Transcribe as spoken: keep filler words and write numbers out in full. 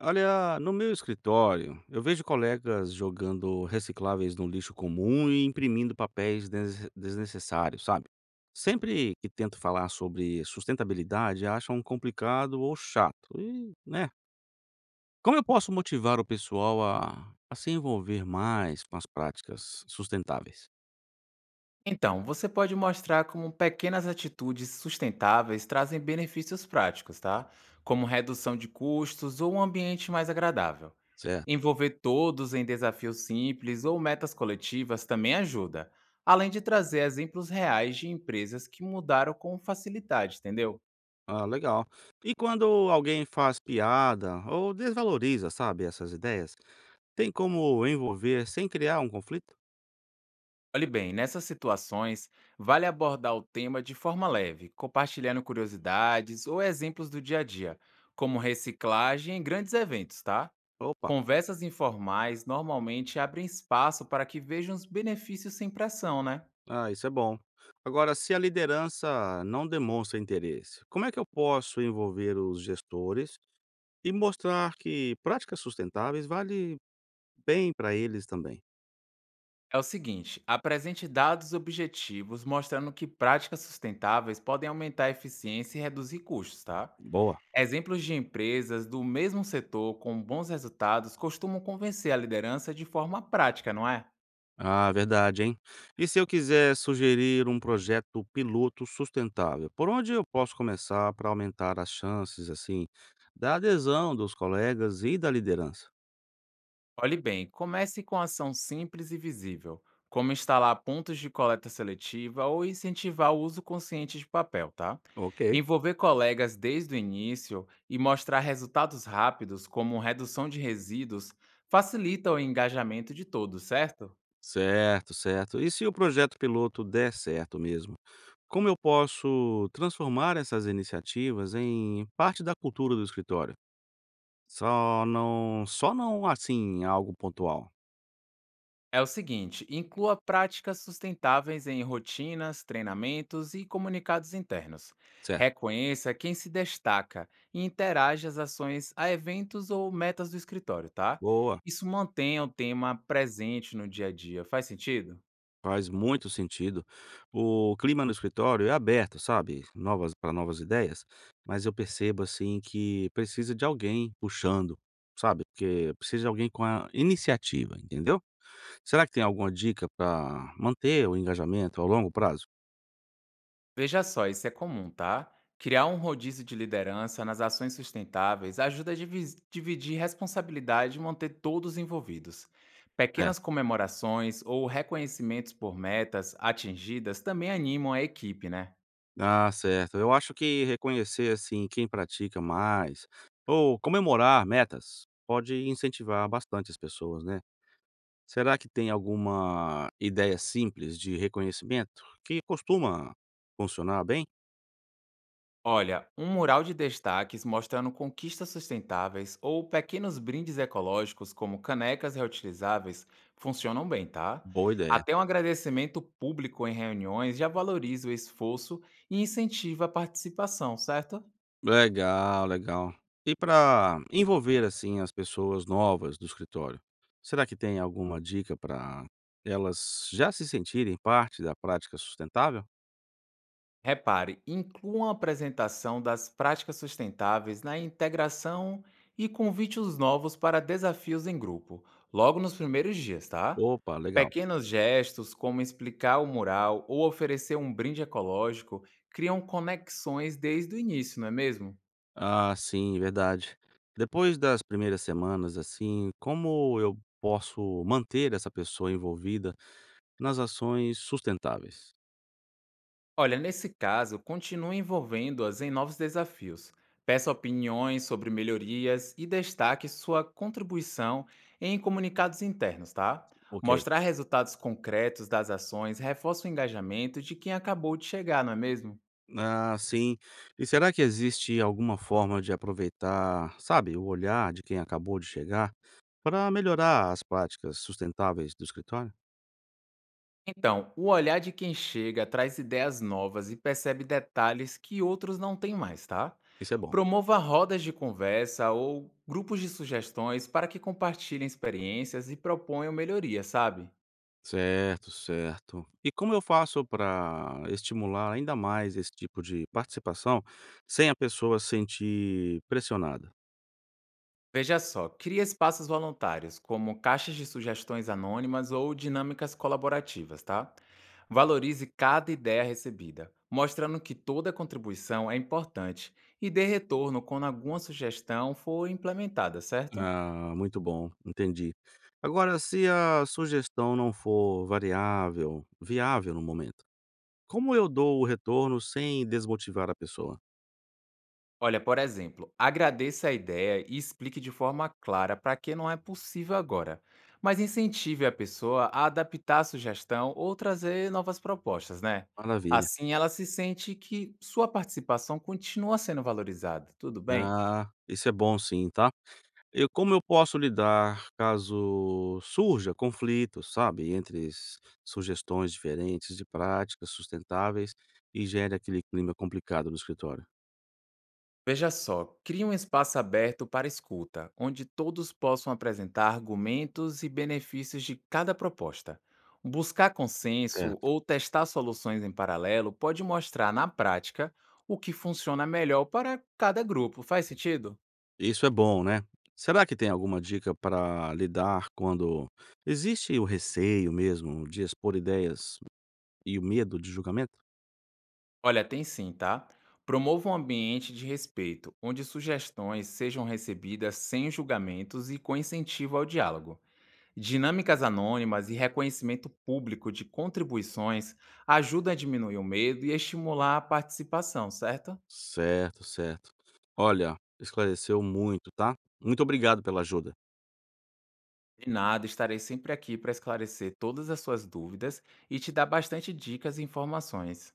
Olha, no meu escritório, eu vejo colegas jogando recicláveis no lixo comum e imprimindo papéis des- desnecessários, sabe? Sempre que tento falar sobre sustentabilidade, acham complicado ou chato. E, né? Como eu posso motivar o pessoal a, a se envolver mais com as práticas sustentáveis? Então, você pode mostrar como pequenas atitudes sustentáveis trazem benefícios práticos, tá? Como redução de custos ou um ambiente mais agradável. Certo. Envolver todos em desafios simples ou metas coletivas também ajuda, além de trazer exemplos reais de empresas que mudaram com facilidade, entendeu? Ah, legal. E quando alguém faz piada ou desvaloriza, sabe, essas ideias, tem como envolver sem criar um conflito? Olhe bem, nessas situações, vale abordar o tema de forma leve, compartilhando curiosidades ou exemplos do dia a dia, como reciclagem em grandes eventos, tá? Opa! Conversas informais normalmente abrem espaço para que vejam os benefícios sem pressão, né? Ah, isso é bom. Agora, se a liderança não demonstra interesse, como é que eu posso envolver os gestores e mostrar que práticas sustentáveis vale bem para eles também? É o seguinte, apresente dados objetivos mostrando que práticas sustentáveis podem aumentar a eficiência e reduzir custos, tá? Boa. Exemplos de empresas do mesmo setor com bons resultados costumam convencer a liderança de forma prática, não é? Ah, verdade, hein? E se eu quiser sugerir um projeto piloto sustentável, por onde eu posso começar para aumentar as chances, assim, da adesão dos colegas e da liderança? Olhe bem, comece com ação simples e visível, como instalar pontos de coleta seletiva ou incentivar o uso consciente de papel, tá? Ok. Envolver colegas desde o início e mostrar resultados rápidos, como redução de resíduos, facilita o engajamento de todos, certo? Certo, certo. E se o projeto piloto der certo mesmo? Como eu posso transformar essas iniciativas em parte da cultura do escritório? Só não só não, assim, algo pontual, É o seguinte, inclua práticas sustentáveis em rotinas, treinamentos e comunicados internos. certo? Reconheça quem se destaca e interage as ações a eventos ou metas do escritório, tá? Boa, Isso mantenha o tema presente no dia a dia. Faz sentido? faz muito sentido. O clima no escritório é aberto, sabe, novas para novas ideias, mas eu percebo, assim, que precisa de alguém puxando, sabe, porque precisa de alguém com a iniciativa, entendeu? Será que tem alguma dica para manter o engajamento ao longo prazo? Veja só, isso é comum, tá? Criar um rodízio de liderança nas ações sustentáveis ajuda a divis- dividir responsabilidade e manter todos envolvidos. É. Pequenas comemorações ou reconhecimentos por metas atingidas também animam a equipe, né? Ah, certo. Eu acho que reconhecer, assim, quem pratica mais ou comemorar metas pode incentivar bastante as pessoas, né? Será que tem alguma ideia simples de reconhecimento que costuma funcionar bem? Olha, um mural de destaques mostrando conquistas sustentáveis ou pequenos brindes ecológicos como canecas reutilizáveis funcionam bem, tá? Boa ideia. Até um agradecimento público em reuniões já valoriza o esforço e incentiva a participação, certo? Legal, legal. E para envolver, assim, as pessoas novas do escritório, será que tem alguma dica para elas já se sentirem parte da prática sustentável? Repare, incluam a apresentação das práticas sustentáveis na integração e convite os novos para desafios em grupo, logo nos primeiros dias, tá? Opa, legal. Pequenos gestos, como explicar o mural ou oferecer um brinde ecológico, criam conexões desde o início, não é mesmo? Ah, sim, verdade. Depois das primeiras semanas, assim, como eu posso manter essa pessoa envolvida nas ações sustentáveis? Olha, nesse caso, continue envolvendo-as em novos desafios. Peça opiniões sobre melhorias e destaque sua contribuição em comunicados internos, tá? Ok. Mostrar resultados concretos das ações reforça o engajamento de quem acabou de chegar, não é mesmo? Ah, sim. E será que existe alguma forma de aproveitar, sabe, o olhar de quem acabou de chegar para melhorar as práticas sustentáveis do escritório? Então, o olhar de quem chega traz ideias novas e percebe detalhes que outros não têm mais, tá? Isso é bom. Promova rodas de conversa ou grupos de sugestões para que compartilhem experiências e proponham melhorias, sabe? Certo, certo. E como eu faço para estimular ainda mais esse tipo de participação sem a pessoa se sentir pressionada? Veja só, cria espaços voluntários, como caixas de sugestões anônimas ou dinâmicas colaborativas, tá? Valorize cada ideia recebida, mostrando que toda contribuição é importante e dê retorno quando alguma sugestão for implementada, certo? Ah, muito bom, entendi. Agora, se a sugestão não for variável viável no momento, como eu dou o retorno sem desmotivar a pessoa? Olha, por exemplo, agradeça a ideia e explique de forma clara para que não é possível agora, mas incentive a pessoa a adaptar a sugestão ou trazer novas propostas, né? Maravilha. Assim ela se sente que sua participação continua sendo valorizada, tudo bem? Ah, isso é bom sim, tá? Eu, como eu posso lidar caso surja conflito, sabe, entre s- sugestões diferentes de práticas sustentáveis e gere aquele clima complicado no escritório? Veja só, crie um espaço aberto para escuta, onde todos possam apresentar argumentos e benefícios de cada proposta. Buscar consenso Certo. ou testar soluções em paralelo pode mostrar na prática o que funciona melhor para cada grupo. Faz sentido? Isso é bom, né. Será que tem alguma dica para lidar quando existe o receio mesmo de expor ideias e o medo de julgamento? Olha, tem sim, tá? Promova um ambiente de respeito, onde sugestões sejam recebidas sem julgamentos e com incentivo ao diálogo. Dinâmicas anônimas e reconhecimento público de contribuições ajudam a diminuir o medo e a estimular a participação, certo? Certo, certo. Olha, esclareceu muito, tá. Muito obrigado pela ajuda. De nada, estarei sempre aqui para esclarecer todas as suas dúvidas e te dar bastante dicas e informações.